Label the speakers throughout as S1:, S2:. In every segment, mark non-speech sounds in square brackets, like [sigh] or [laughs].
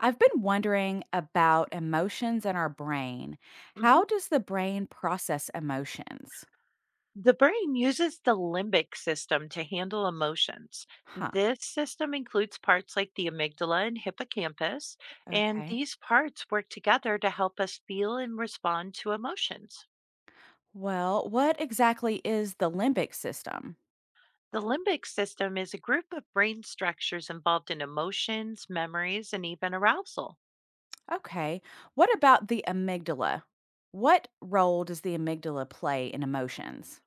S1: I've been wondering about emotions in our brain. How
S2: Mhm.
S1: does the brain process emotions?
S2: The brain uses the limbic system to handle emotions.
S1: Huh.
S2: This system includes parts like the amygdala and hippocampus, and
S1: Okay.
S2: these parts work together to help us feel and respond to emotions.
S1: Well, what exactly is the limbic system?
S2: The limbic system is a group of brain structures involved in emotions, memories, and even arousal.
S1: Okay. What about the amygdala? What role does the amygdala play in emotions?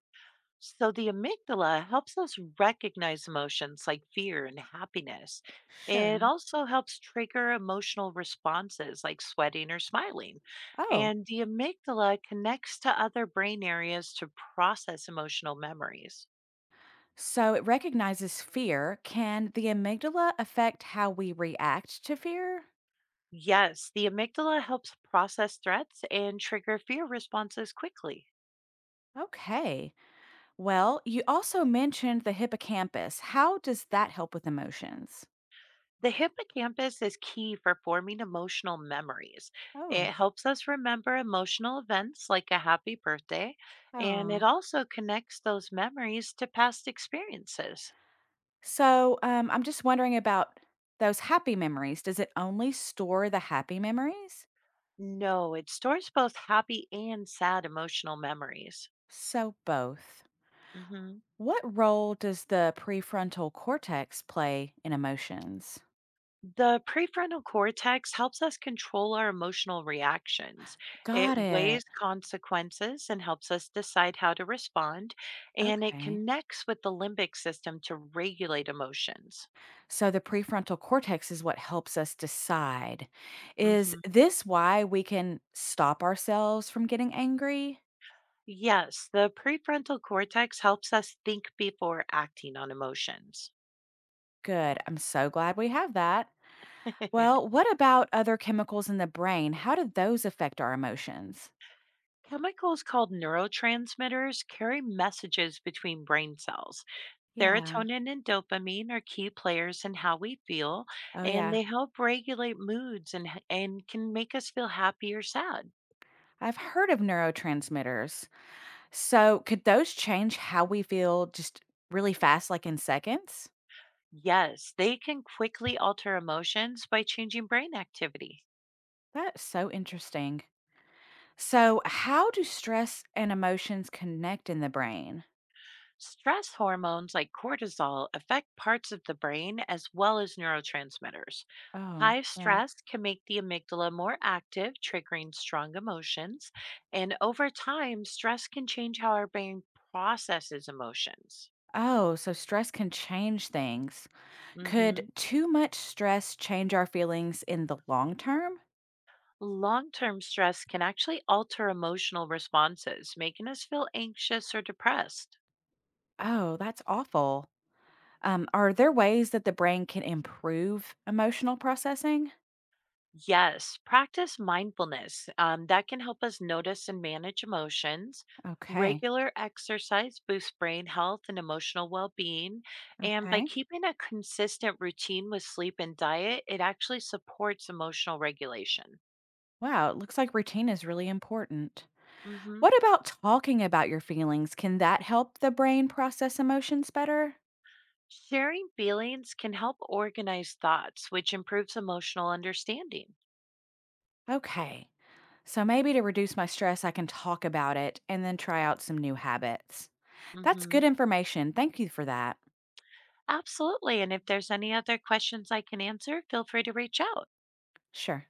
S2: So the amygdala helps us recognize emotions like fear and happiness. It
S1: Sure.
S2: also helps trigger emotional responses like sweating or smiling.
S1: Oh,
S2: And the amygdala connects to other brain areas to process emotional memories.
S1: so it recognizes fear. Can the amygdala affect how we react to fear?
S2: Yes, the amygdala helps process threats and trigger fear responses quickly.
S1: Okay. Well, you also mentioned the hippocampus. How does that help with emotions?
S2: The hippocampus is key for forming emotional memories. It
S1: Oh,
S2: helps us remember emotional events like a happy birthday, and it
S1: oh.
S2: also connects those memories to past experiences.
S1: So I'm just wondering about those happy memories. Does it only store the happy memories?
S2: No, it stores both happy and sad emotional memories.
S1: So both.
S2: Mhm.
S1: What role does the prefrontal cortex play in emotions?
S2: The prefrontal cortex helps us control our emotional reactions. It
S1: Got
S2: weighs
S1: it.
S2: consequences and helps us decide how to respond, and it
S1: Okay.
S2: connects with the limbic system to regulate emotions.
S1: So the prefrontal cortex is what helps us decide. Is
S2: Mhm.
S1: this why we can stop ourselves from getting angry?
S2: Yes, the prefrontal cortex helps us think before acting on emotions.
S1: Good. I'm so glad we have that. Well,
S2: [laughs]
S1: what about other chemicals in the brain? How do those affect our emotions?
S2: Chemicals called neurotransmitters carry messages between brain cells.
S1: Yeah.
S2: Serotonin and dopamine are key players in how we feel,
S1: Oh,
S2: and
S1: yeah.
S2: they help regulate moods and can make us feel happy or sad.
S1: I've heard of neurotransmitters. So, could those change how we feel just really fast, like in seconds?
S2: Yes, they can quickly alter emotions by changing brain activity.
S1: That's so interesting. So, how do stress and emotions connect in the brain?
S2: Stress hormones like cortisol affect parts of the brain as well as neurotransmitters.
S1: Oh,
S2: High
S1: yeah.
S2: stress can make the amygdala more active, triggering strong emotions. And over time, stress can change how our brain processes emotions.
S1: Oh, so stress can change things. Could
S2: Hmm.
S1: too much stress change our feelings in the long term?
S2: Long term stress can actually alter emotional responses, making us feel anxious or depressed.
S1: Oh, that's awful. Are there ways that the brain can improve emotional processing?
S2: Yes, practice mindfulness. That can help us notice and manage emotions.
S1: Okay.
S2: Regular exercise boosts brain health and emotional well being. And by
S1: Okay.
S2: keeping a consistent routine with sleep and diet, it actually supports emotional regulation.
S1: Wow. It looks like routine is really important.
S2: Hmm.
S1: What about talking about your feelings? Can that help the brain process emotions better?
S2: Sharing feelings can help organize thoughts, which improves emotional understanding.
S1: Okay. So maybe to reduce my stress, I can talk about it and then try out some new habits. That's
S2: Hmm.
S1: good information. Thank you for that.
S2: Absolutely. And if there's any other questions I can answer, feel free to reach out.
S1: Sure.